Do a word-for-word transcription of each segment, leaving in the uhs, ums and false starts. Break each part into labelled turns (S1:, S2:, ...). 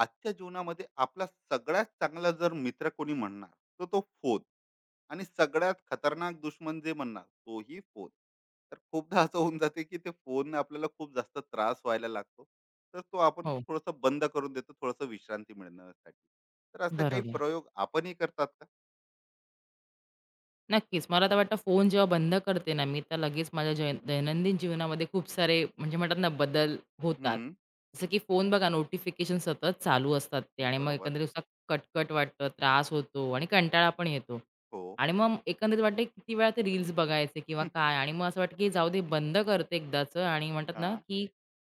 S1: आजच्या जीवनामध्ये आपला सगळ्यात चांगला जर मित्र कोणी म्हणणार तर तो फोन. आणि सगळ्यात खतरनाक दुश्मन जे म्हणणार तोही फोन. तर खूपदा असं होऊन जाते की ते फोनने आपल्याला खूप जास्त त्रास व्हायला लागतो. तर तो आपण
S2: हो,
S1: थोडस बंद करून देतो, थोडस विश्रांती मिळण्यासाठी. तर असे काही
S2: बरोबर.
S1: प्रयोग आपणही करतात का?
S2: नक्कीच. मला तर वाटतं फोन जेव्हा बंद करते ना मी, तर लगेच माझ्या जै दैनंदिन जीवनामध्ये खूप सारे म्हणजे म्हणतात ना बदल होतात.
S1: हम्म.
S2: जसं की फोन बघा नोटिफिकेशन सतत चालू असतात ते आणि मग
S1: बरोबर.
S2: एकंदरीत असा कटकट वाटतं, त्रास होतो आणि कंटाळा पण येतो.
S1: हो.
S2: आणि मग एकंदरीत वाटतं किती वेळा ते रील्स बघायचे किंवा काय आणि मग असं वाटतं की जाऊ दे बंद करते एकदाचं आणि म्हणतात
S1: हा.
S2: ना की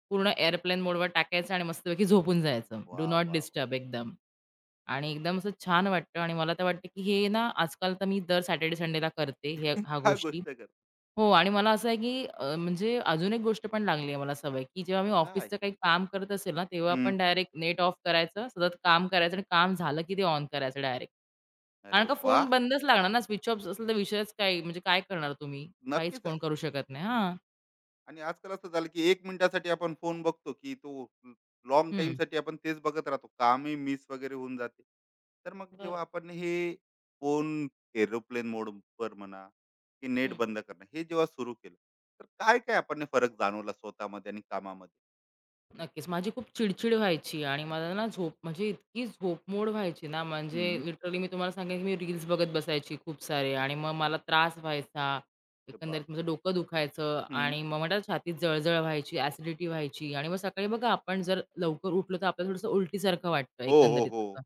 S2: पूर्ण एअरप्लेन मोडवर टाकायचं आणि मस्तपैकी झोपून जायचं. डू
S1: वा,
S2: नॉट
S1: वा, वा.
S2: डिस्टर्ब एकदम. आणि एकदम असं छान वाटतं आणि मला तर वाटतं की हे ना आजकाल तर मी दर सॅटर्डे संडेला करते हे ह्या
S1: काय
S2: गोष्टी.
S1: गोष्ट कर?
S2: हो आणि मला असं आहे की अ, म्हणजे अजून एक गोष्ट पण लागली आहे मला सवय, की जेव्हा मी
S1: काय?
S2: ऑफिसचं काही काम करत असेल ना, तेव्हा
S1: हम्म.
S2: आपण डायरेक्ट नेट ऑफ करायचं, सतत काम करायचं आणि काम झालं की ते ऑन करायचं डायरेक्ट.
S1: अरे
S2: कारण का
S1: वा.
S2: फोन बंदच लागणार ना, स्विच ऑफ असेल तर विषयच काय म्हणजे काय करणार तुम्ही? काहीच
S1: नक्कीच आहे.
S2: कोण करू शकत नाही. हां.
S1: आणि आजकाल असं झालं की एक मिनिटासाठी आपण फोन बघतो की तो लॉंग टाइम
S2: हं.
S1: साठी आपण तेच बघत राहतो, कामही मिस वगैरे होऊन जाते. तर मग जेव्हा
S2: बरोबर.
S1: आपण हे फोन एरोप्लेन मोड वर म्हणा की नेट
S2: हं.
S1: बंद करणं हे जेव्हा सुरू केलं, तर काय काय आपण हे फरक जाणवला स्वतःमध्ये आणि कामामध्ये?
S2: नक्कीच. माझी खूप चिडचिड व्हायची आणि मला ना झोप म्हणजे इतकी झोपमोड व्हायची ना, म्हणजे
S1: हम्म.
S2: लिटरली मी तुम्हाला सांगेन, की मी रील्स बघत बसायची खूप सारे आणि मग मला त्रास व्हायचा.
S1: अरे
S2: एकंदरीत माझं
S1: बापरे.
S2: डोकं दुखायचं
S1: हम्म.
S2: आणि मग म्हणतात छातीत जळजळ व्हायची, ॲसिडिटी व्हायची आणि मग सकाळी बघा आपण जर लवकर उठलो, तर आपल्याला थोडंसं उलटीसारखं वाटतं
S1: हो, हो,
S2: एकंदरीत
S1: हो.
S2: असं.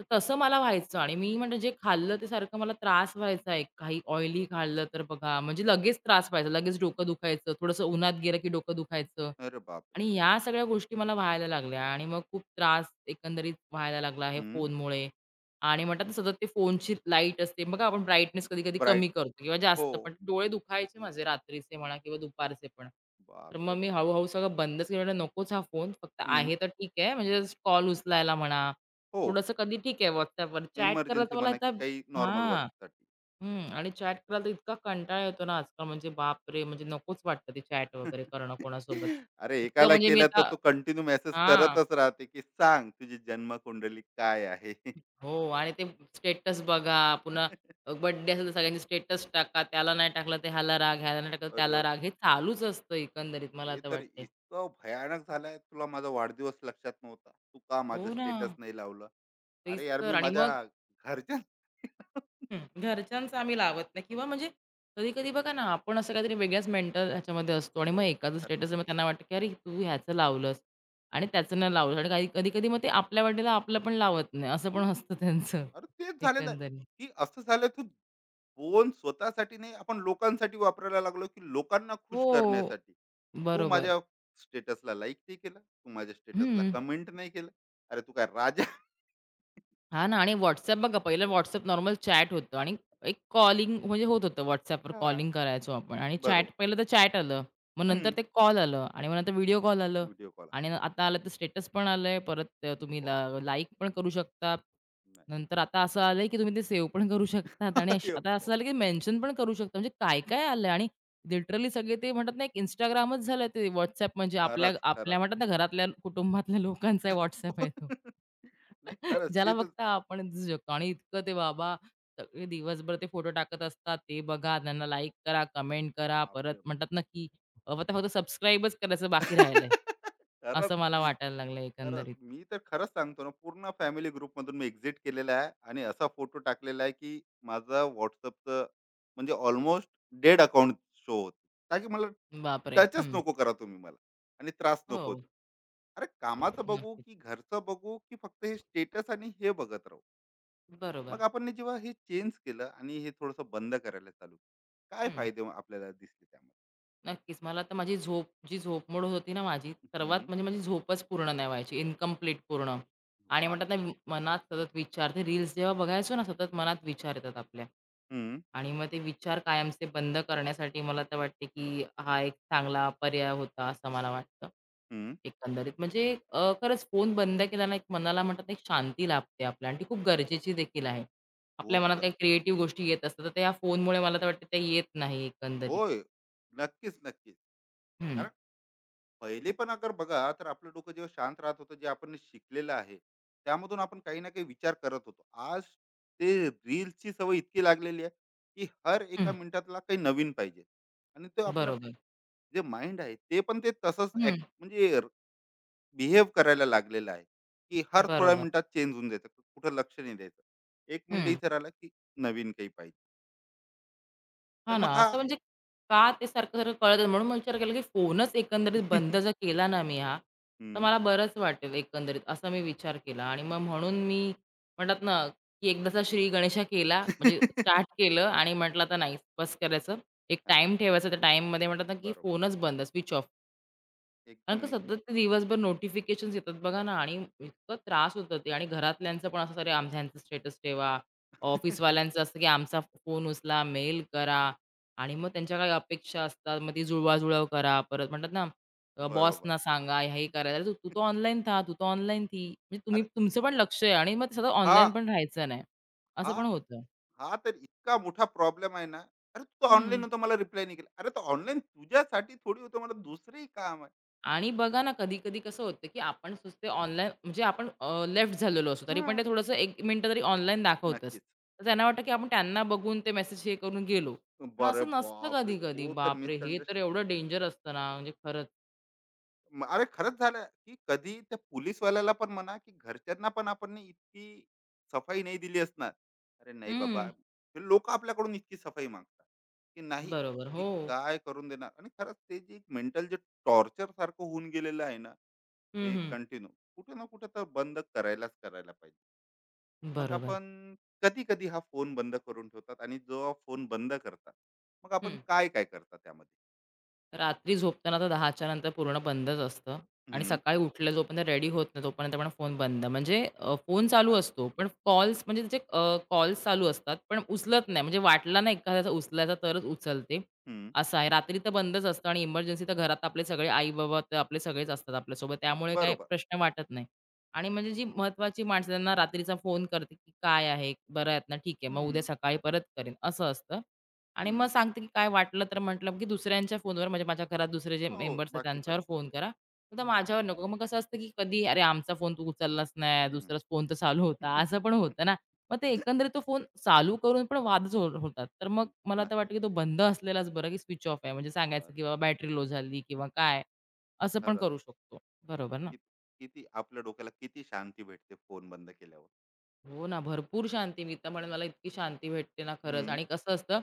S2: तर तसं मला व्हायचं आणि मी म्हणजे जे खाल्लं ते सारखं मला त्रास व्हायचा आहे. काही ऑइली खाल्लं तर बघा, म्हणजे लगेच त्रास व्हायचा, लगेच डोकं दुखायचं, थोडंसं उन्हात गेलं की डोकं दुखायचं.
S1: अरे बापरे.
S2: आणि या सगळ्या गोष्टी मला व्हायला लागल्या आणि मग खूप त्रास एकंदरीत व्हायला लागला आहे
S1: हम्म.
S2: फोनमुळे. आणि म्हणतात ना सतत ते फोनची लाईट असते. बघा आपण ब्राईटनेस कधी-कधी
S1: ब्राईट.
S2: कमी करतो किंवा
S1: हो.
S2: जास्त पण डोळे दुखायचे माझे रात्रीचे म्हणा किंवा दुपारचे पण. तर मग
S1: बापरे
S2: मी
S1: बाप.
S2: हळू-हळू सगळं बंदच केलं. म्हटलं नकोच हा फोन. फक्त
S1: हम्म.
S2: आहे तर ठीक आहे म्हणजे कॉल उचलायला म्हणा,
S1: हो.
S2: थोडंसं कधी ठीक आहे WhatsAppवर चॅट करायला तर
S1: इमर्जन्सी
S2: मला
S1: म्हणा
S2: आता
S1: की काही नॉर्मल
S2: हां.
S1: वर्कसाठी.
S2: हं. आणि चॅट करायला तर इतका कंटाळा येतो ना आजकाल, म्हणजे बापरे! म्हणजे नकोच वाटतं ते चॅट वगैरे करणं कोणासोबत.
S1: अरे
S2: इतकं
S1: एकाला
S2: म्हणजे मी
S1: केला तर
S2: आता
S1: तो कंटिन्यू मेसेज
S2: हां.
S1: करतच राहते की सांग तुझी जन्म कुंडली काय आहे.
S2: हो. आणि ते स्टेटस बघा, पुन्हा अ, बर्थडे असेल तर सगळ्यांचे स्टेटस टाका, त्याला नाही टाकलं तर ह्याला राग, ह्याला नाही टाकलं
S1: अरे
S2: त्याला राग, हे
S1: बाप,
S2: चालूच असतं एकंदरीत मला
S1: ते
S2: तर
S1: तर
S2: वाटते.
S1: इतकं भयानक झालंय. तुला माझा वाढदिवस लक्षात नव्हता. तू का माझं
S2: हो ना.
S1: स्टेटस नाही लावलं?
S2: तेच
S1: अरे यार
S2: तर
S1: मी
S2: आणि
S1: माझ्या
S2: मग
S1: घरच्या.
S2: हं, घरच्यांचं आम्ही लावत नाही किंवा म्हणजे कधी-कधी बघा ना, आपण असं काहीतरी वेगळ्याच मेंटल ह्याच्यामध्ये असतो आणि
S1: हो.
S2: मग एखादं
S1: खरं.
S2: स्टेटस मग त्यांना वाटतं की "अरे, तू ह्याचं लावलंस आणि त्याचं नाही लावलंस" आणि काही कधी-कधी मग ते आपल्या वाटेला आपलं पण लावत नाही, असं पण असतं
S1: हम्म,
S2: त्यांचं
S1: अरे तेच झालेलं आहे
S2: एकंदरीत.
S1: की असं झालं तू फोन स्वतःसाठी नाही, आपण लोकांसाठी वापरायला लागलो, की लोकांना खुश
S2: हो,
S1: करण्यासाठी. तू
S2: बरोबर.
S1: माझ्या स्टेटसला लाईक नाही केलं. तू माझ्या स्टेटसला
S2: हं.
S1: कमेंट नाही केलं. अरे तू काय राजा?
S2: हां ना आणि WhatsApp बघा पहिलं WhatsApp नॉर्मल चॅट होतं आणि एक कॉलिंग म्हणजे होत होतं WhatsAppवर
S1: हा,
S2: कॉलिंग करायचो आपण आणि चॅट
S1: बरोबर.
S2: पहिलं तर चॅट आलं, मग नंतर ते कॉल आलं आणि मग नंतर व्हिडिओ कॉल आलं
S1: व्हिडिओ कॉल
S2: आणि
S1: आला.
S2: न- आता आलं तर स्टेटस पण आलंय, परत अ, तुम्ही
S1: बा.
S2: लाईक पण करू शकता.
S1: नाही.
S2: नंतर आता असं आलंय, की तुम्ही ते सेव्ह पण करू शकतात आणि अश
S1: अरे
S2: आता
S1: बा.
S2: असं झालं, की मेन्शन पण करू शकता. म्हणजे काय-काय आलंय आणि लिटरली सगळे ते म्हणतात ना, एक Instagramच झालं ते WhatsApp म्हणजे आपल्या
S1: खरंच,
S2: आपल्या
S1: खरंच.
S2: म्हणतात ना, घरातल्या कुटुंबातल्या लोकांचा WhatsApp आहे तो.
S1: नाही खरंच ते
S2: ज्याला
S1: तर.
S2: फक्त आपण दिसू शकतो आणि इतकं ते बाबा सगळे दिवसभर ते फोटो टाकत असतात ते बघा त्यांना लाईक करा कमेंट करा परत
S1: बापरे.
S2: म्हणतात ना की अं, आता फक्त सबस्क्राईबच करायचं बाकी राहिलंय
S1: खरंच.
S2: असं मला वाटायला
S1: खरंच.
S2: लागलं एकंदरीत
S1: मी तर खरंच सांगतो ना, पूर्ण फॅमिली ग्रुपमधून मी एक्झिट केलेला आहे आणि असा फोटो टाकलेला आहे, की माझं WhatsAppचं म्हणजे ऑलमोस्ट डेड अकाउंट शो होतं. ताकि की मला
S2: बापरे
S1: टचच
S2: हम्म.
S1: नको करा तुम्ही मला आणि त्रास
S2: हो
S1: नको. होत. अरे कामाचं बघू,
S2: नक्कीच
S1: की घरचं बघू, की फक्त हे स्टेटस आणि हे बघत राहू?
S2: बरोबर
S1: मग आपण जेव्हा हे चेंज केलं आणि हे थोडंसं बंद करायला चालू केलं, काय
S2: हम्म
S1: फायदे मग आपल्याला दिसले त्यामध्ये?
S2: नक्कीच. मला तर माझी झोप, जी झोपमोड होती ना माझी, सर्वात
S1: हं.
S2: म्हणजे माझी झोपच पूर्ण नाही व्हायची, इन्कम्प्लीट पूर्ण. आणि
S1: वाह!
S2: म्हणतात ना वि- मनात सतत विचार, ते रील्स जेव्हा बघायचो ना, सतत मनात विचार येतात आपल्या.
S1: हं.
S2: आणि मग ते विचार कायमचे बंद करण्यासाठी मला तर वाटते, की हा एक चांगला पर्याय होता, असं मला वाटतं.
S1: हं.
S2: एकंदरीत म्हणजे अ, खरंच फोन बंद केला ना, एक मनाला म्हणतात ना, एक शांती लाभते आपल्या आणि ती खूप गरजेची देखील आहे. आपल्या
S1: खूप
S2: मनात
S1: ज
S2: काही क्रिएटिव्ह गोष्टी येत असतात, तर त्या फोनमुळे मला तर वाटतं, त्या येत नाही एकंदरीत.
S1: होय. नक्कीच, नक्कीच.
S2: हं.
S1: पहिले पण अगर बघा तर आपलं डोकं जेव्हा शांत राहत होतं, जे आपण शिकलेलं आहे त्यामधून आपण काही ना काही विचार करत होतो. आज ते रील्सची सवय इतकी लागलेली आहे की हर एका
S2: हं.
S1: मिनिटातला काही नवीन पाहिजे. आणि तो आपलं
S2: बरोबर.
S1: जे माइंड आहे ते पण ते तसंच
S2: हं,
S1: ऍक्ट म्हणजे बिहेव करायला लागलेलं आहे, की हर थोड्या
S2: बरोबर.
S1: मिनिटात चेंज होऊन जायचं, कुठं लक्ष नाही द्यायचं, एक मिनिट
S2: हं.
S1: इथे राहिला की नवीन काही पाहिजे.
S2: हां
S1: तर
S2: ना,
S1: मग हा.
S2: असं म्हणजे का ते सारखं-सारखं कळत म्हणून मी विचार केला, की फोनच एकंदरीत बंद जर केला ना मी हा, तर
S1: हम्म.
S2: मला बरंच वाटेल एकंदरीत असा मी विचार केला आणि मग म्हणून मी म्हणतात ना, की एकदाचा श्री गणेशा केला म्हणजे स्टार्ट केलं आणि म्हटलं आता नाही बस करायचं. एक
S1: हा.
S2: टाइम ठेवायचा त्या टाईममध्ये म्हणतात ना, की
S1: बरोबर.
S2: फोनच बंद, स्विच ऑफ. कारण का
S1: एकदम.
S2: सतत ते दिवसभर नोटिफिकेशन्स येतात बघा ना आणि इतकं त्रास होतं ते आणि घरातल्यांचं पण असं अरे आमच्यांचं स्टेटस ठेवा,
S1: एकदम.
S2: ऑफिसवाल्यांचं असतं की आमचा फोन उचला, मेल करा आणि मग त्यांच्या काही अपेक्षा असतात. मग ती जुळवाजुळव करा. परत म्हणतात ना
S1: बरोबर.
S2: बॉसना सांगा, हे करायला. "अरे तू तर ऑनलाईन था, तू तर ऑनलाईन थी." म्हणजे तुम्ही
S1: अरे
S2: तुमचं पण लक्ष आहे आणि मग ते सतत
S1: हां,
S2: ऑनलाईन पण राहायचं नाही. असं
S1: हां,
S2: पण होतं.
S1: हां, तर इतका मोठा प्रॉब्लेम आहे ना. अरे तू ऑनलाईन
S2: हं.
S1: होता मला रिप्लाय नाही केला. अरे तो ऑनलाईन तुझ्यासाठी थोडी होतं, मला दुसरंही काम आहे.
S2: आणि बघा ना, कधी-कधी कसं होतं, की आपण सुस्ते ऑनलाईन म्हणजे आपण लेफ्ट झालेलो असतो, तरी पण ते
S1: हां.
S2: थोडंसं एक मिनिटं तरी ऑनलाईन दाखवतंच.
S1: नक्कीच.
S2: तर त्यांना वाटतं, की आपण त्यांना बघून ते मेसेज हे करून गेलो. पण असं
S1: बरं
S2: नसतं
S1: बापरे!
S2: कधी-कधी.
S1: तो तर
S2: बापरे! हे तर
S1: मिसअंडरस्टँड.
S2: एवढं डेंजर असतं ना, म्हणजे खरंच.
S1: अरे खरंच झालं की कधी त्या पोलिसवाल्याला पण म्हणा की घरच्यांना पण आपण नी इतकी सफाई नाही दिली असणार. अरे नाही बाबा,
S2: हं.
S1: हे लोकं आपल्याकडून इतकी सफाई मागतात, की नाही
S2: बरोबर.
S1: की
S2: हो.
S1: काय करून देणार. आणि खरंच ते जे एक मेंटल जे टॉर्चर सारखं होऊन गेलेलं आहे ना,
S2: हं,
S1: हे
S2: हं.
S1: कंटिन्यू कुठे ना कुठे तर बंद करायलाच करायला पाहिजे. मग
S2: बरोबर.
S1: आपण कधी कधी हा फोन बंद करून ठेवतात आणि जो फोन बंद करतात मग आपण
S2: हं.
S1: काय काय करतात त्यामध्ये?
S2: रात्री झोपताना तर दहाच्या नंतर पूर्ण बंदच असतं आणि
S1: हम्म.
S2: सकाळी उठलं जोपर्यंत रेडी होत नाही तोपर्यंत पण फोन बंद. म्हणजे अ, फोन चालू
S1: वाच.
S2: असतो, पण कॉल्स म्हणजे त्याचे अ, कॉल्स चालू असतात, पण उचलत नाही. म्हणजे वाटला ना एखाद्याचा उचलायचा तरच उचलते,
S1: हम्म.
S2: असं आहे. रात्री तर बंदच असतं आणि इमर्जन्सी तर घरात आपले सगळे आई-बाबा तर आपले सगळेच असतात आपल्यासोबत, त्यामुळे काही
S1: बरोबर.
S2: प्रश्न वाटत नाही. आणि म्हणजे जी महत्त्वाची माणसं त्यांना रात्रीचा फोन करते, की "काय आहे? बरं आहेत ना? ठीक आहे. मग उद्या
S1: हम्म.
S2: सकाळी परत करेन," असं असतं. आणि मग
S1: हम्म.
S2: सांगते, की काय वाटलं तर म्हटलं, की दुसऱ्यांच्या फोनवर म्हणजे माझ्या घरात दुसरे जे
S1: हो,
S2: मेंबर्स आहेत
S1: बाकी पण
S2: त्यांच्यावर
S1: आहे.
S2: फोन करा. फक्त माझ्यावर नको. मग कसं असतं, की कधी "अरे, आमचा फोन तू उचललाच नाही,
S1: हम्म.
S2: दुसराच फोन तर चालू होता." असं पण होतं ना. मग ते एकंदरीत तो फोन चालू करून पण वादच हो होतात. तर मग
S1: हम्म,
S2: मला तर वाटतं,
S1: नक्कीच.
S2: की तो बंद असलेलाच बरा, की स्विच ऑफ आहे. म्हणजे सांगायचं,
S1: खर.
S2: की बाबा बॅटरी लो झाली किंवा काय, असं पण करू
S1: खरंच.
S2: शकतो. बरोबर ना?
S1: कित- किती आपल्या डोक्याला किती शांती भेटते फोन बंद केल्यावर?
S2: हो ना, भरपूर शांती. मी तर म्हणेन मला इतकी शांती भेटते ना खरंच
S1: हम्म.
S2: आणि कसं असतं,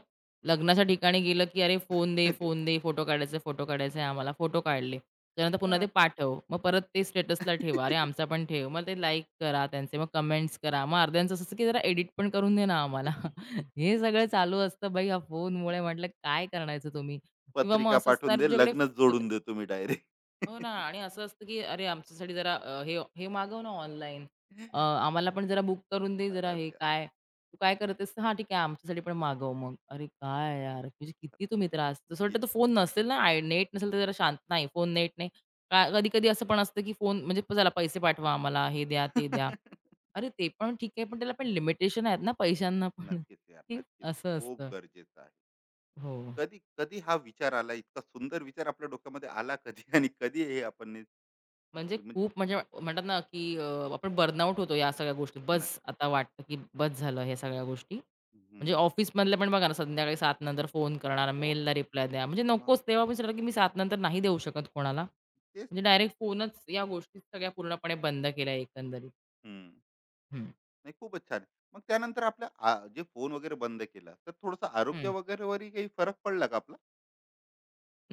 S2: लग्नाच्या ठिकाणी गेलं की "अरे फोन दे,
S1: अरे वा.
S2: फोन दे, फोटो काढायचे, फोटो काढायचे आम्हाला." फोटो काढले. त्यानंतर पुन्हा ते
S1: हा.
S2: पाठव. मग परत ते स्टेटसला ठेवा. "अरे आमचा पण ठेव." मग ते लाईक करा त्यांचे, मग कमेंट्स करा. मग अर्ध्यांचं असं असतं की "जरा एडिट पण करून दे ना आम्हाला." हे सगळं चालू असतं बाई ह्या फोनमुळे. म्हटलं काय करण्याचं तुम्ही? किंवा मग
S1: पत्रिका
S2: असं असतं
S1: पाठवून
S2: "अरे
S1: दे,
S2: तुझ्याकडे
S1: लग्नच जोडून दे तुम्ही डायरेक्ट.
S2: हो ना आणि असं असतं की अरे आमच्यासाठी जरा अ, हे हे मागव ना ऑनलाईन. आम्हाला पण जरा बुक करून दे जरा हे
S1: खरंच यार.
S2: काय? तू काय करतेस? हां, ठीक आहे आमच्यासाठी पण मागव मग. अरे काय यार, म्हणजे किती तुम्ही त्रास जसं वाटतं तो
S1: कित-
S2: फोन नसेल ना, आय नेट नसेल तर जरा शांत नाही, फोन नेट नाही. का कधी-कधी असं पण असतं की फोन म्हणजे चला पैसे पाठवा आम्हाला, हे द्या, ते द्या. अरे ते पण ठीक आहे, पण त्याला पण लिमिटेशन आहेत ना पैशांना पण.
S1: नक्कीच यार,
S2: ते
S1: नक्कीच.
S2: असं असतं.
S1: खूप गरजेचं आहे.
S2: हो.
S1: कधी कधी हा विचार आला, इतका सुंदर विचार आपल्या डोक्यामध्ये आला कधी. आणि कधी हे आपण नि-
S2: म्हणजे
S1: म्हणजे.
S2: खूप म्हणजे म्हणतात ना, की अ, आपण बर्नआउट होतो या सगळ्या गोष्टी. बस
S1: नक्की.
S2: आता वाटतं, की बस झालं ह्या सगळ्या गोष्टी. म्हणजे
S1: हम्म.
S2: ऑफिसमधले पण बघा ना, संध्याकाळी सात नंतर फोन करणार,
S1: फोन.
S2: मेलला रिप्लाय द्या. म्हणजे
S1: मग
S2: नकोच तेव्हा मी विचारलं, की मी सात नंतर नाही देऊ शकत कोणाला. म्हणजे
S1: तेच तर.
S2: डायरेक्ट फोनच या गोष्टी सगळ्या पूर्णपणे बंद केल्या एकंदरीत.
S1: हम्म,
S2: हं,
S1: नाही खूपच छान. मग त्यानंतर आपल्या आ- जे फोन वगैरे बंद केला तर थोडस आरोग्य
S2: हं.
S1: वगैरे वरही काही फरक पडला का आपला?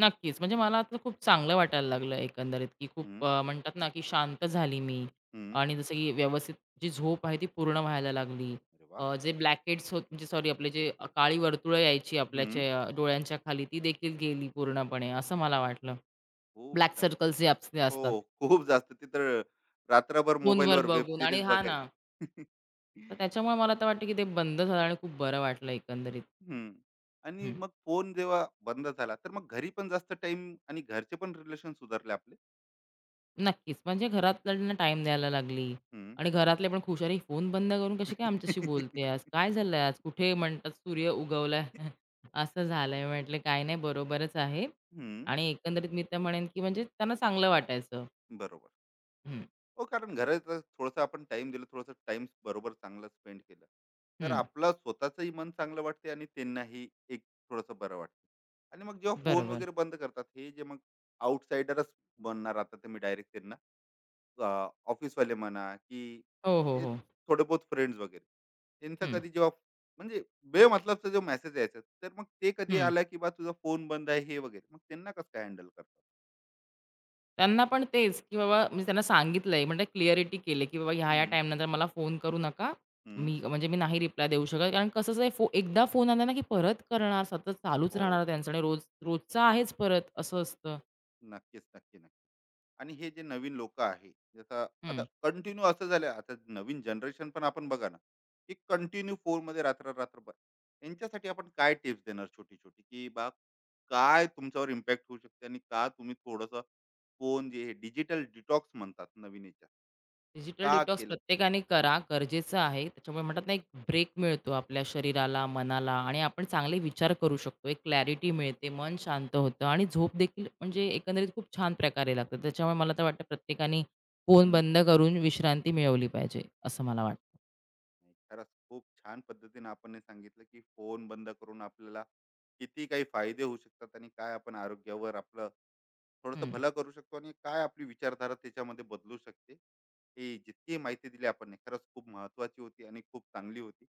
S2: नक्कीच. म्हणजे मला आता खूप चांगलं वाटायला लागलं एकंदरीत, की खूप
S1: हम्म.
S2: अ, म्हणतात ना, की शांत झाली मी
S1: हम्म.
S2: आणि जसं की व्यवस्थित जी झोप आहे ती पूर्ण व्हायला लागली.
S1: अरे वा.
S2: अ, जे ब्लॅकेट्स होत म्हणजे सॉरी आपले जे अ, काळी वर्तुळं यायची आपल्या
S1: हम्म.
S2: च्या डोळ्यांच्या खाली ती देखील गेली पूर्णपणे असं मला वाटलं.
S1: खूप
S2: ब्लॅक
S1: छान.
S2: सर्कल्स जे आपले
S1: हो,
S2: असतात
S1: खूप जास्त. ती तर रात्रभर
S2: फोनवर
S1: मोबाईलवर वेब
S2: बघून आणि
S1: सीरीज
S2: हां ना,
S1: बघायची.
S2: तर त्याच्यामुळे मला आता वाटतं, की ते बंद झालं आणि खूप बरं वाटलं एकंदरीत.
S1: हं. आणि
S2: हं.
S1: मग फोन जेव्हा बंद झाला, तर मग घरी पण जास्त टाइम आणि घरचे पण रिलेशन सुधारले आपले.
S2: नक्कीच. म्हणजे घरातल्यांना टाइम द्यायला लागली
S1: हं.
S2: आणि घरातले पण खुश, "अरे, फोन बंद करून कशी
S1: हं.
S2: काय आमच्याशी बोलते आज? काय झालंय आज? कुठे?" म्हणतात, "सूर्य उगवलाय." असं झालंय. म्हटलं, "काही नाही, बरोबरच आहे." आणि एकंदरीत मी तर म्हणेन, की म्हणजे त्यांना चांगलं वाटायचं.
S1: बरोबर.
S2: हं,
S1: हो, कारण घराचं थोडंसं आपण टाइम दिला, थोडासा टाइम बरोबर चांगला स्पेंड केला, तर
S2: हं.
S1: आपलं स्वतःचंही मन चांगलं वाटते आणि त्यांनाही एक थोडंसं बरं वाटतं. आणि मग जेव्हा फोन
S2: बरोबर.
S1: वगैरे बंद करतात, हे जे मग आउटसाइडरच बनणार आता, तर मी डायरेक्ट त्यांना अ, ऑफिसवाले म्हणा की
S2: हो, हो,
S1: ते
S2: हो.
S1: थोडे बहुत फ्रेंड्स वगैरे त्यांचा
S2: हं,
S1: कधी जेव्हा म्हणजे बेमतलबचा जो मेसेज यायचा, तर मग ते कधी
S2: हं.
S1: आला की बा तुझा फोन बंद आहे हे वगैरे, मग त्यांना कसं काय हँडल करतात?
S2: त्यांना पण तेच, की बाबा म्हणजे त्यांना सांगितलंय म्हणजे क्लिअरिटी केली, की बाबा ह्या-ह्या
S1: हम्म.
S2: टाईमनंतर मला फोन करू नका.
S1: हम्म.
S2: मी म्हणजे मी नाही रिप्लाय देऊ शकत. कारण कसं असं आहे, फो एकदा फोन आला ना, की परत करणार, सतत चालूच
S1: हो.
S2: राहणार त्यांचं आणि रोज रोजचा आहेच परत असं असतं.
S1: नक्कीच, नक्की, नक्की. आणि हे जे नवीन लोक आहे, जसं आता
S2: हं.
S1: कंटिन्यू असं झालं आता नवीन जनरेशन पण आपण बघा ना की कंटिन्यू फोनमध्ये रात्र रात्रभर, यांच्यासाठी आपण काय टिप्स देणार छोटी छोटी, की बा काय तुमच्यावर इम्पॅक्ट होऊ शकते आणि का तुम्ही थोडंसं फोन जे हे डिजिटल डिटॉक्स म्हणतात नवीन याच्यात
S2: डिजिटल
S1: का
S2: डिटॉक्स
S1: केलं?
S2: प्रत्येकाने करा, गरजेचं आहे. त्याच्यामुळे म्हणतात ना, एक ब्रेक मिळतो आपल्या शरीराला, मनाला आणि आपण चांगले विचार करू शकतो. एक क्लॅरिटी मिळते, मन शांत होतं आणि झोप देखील म्हणजे एकंदरीत खूप छान प्रकारे लागते. त्याच्यामुळे मला तर वाटतं प्रत्येकाने फोन
S1: हम्म.
S2: बंद करून विश्रांती मिळवली पाहिजे, असं मला वाटतं.
S1: नाही, खरंच खूप छान पद्धतीने आपण हे सांगितलं की फोन बंद करून आपल्याला किती काही फायदे होऊ शकतात, आणि काय आपण आरोग्यावर आपलं थोडस
S2: हं.
S1: भलं करू शकतो आणि काय आपली विचारधारा त्याच्यामध्ये बदलू शकते. ही जितकी माहिती दिली आपण ने, खरंच खूप महत्वाची होती आणि खूप चांगली होती.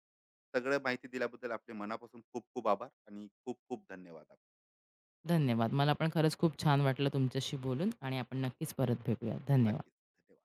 S1: सगळं माहिती दिल्याबद्दल आपले मनापासून खूप खूप आभार आणि खूप खूप धन्यवाद आप-
S2: धन्यवाद. मला पण खरंच खूप छान वाटलं तुमच्याशी बोलून आणि आपण नक्कीच परत भेटूया. धन्यवाद.
S1: नक्कीच, धन्यवाद.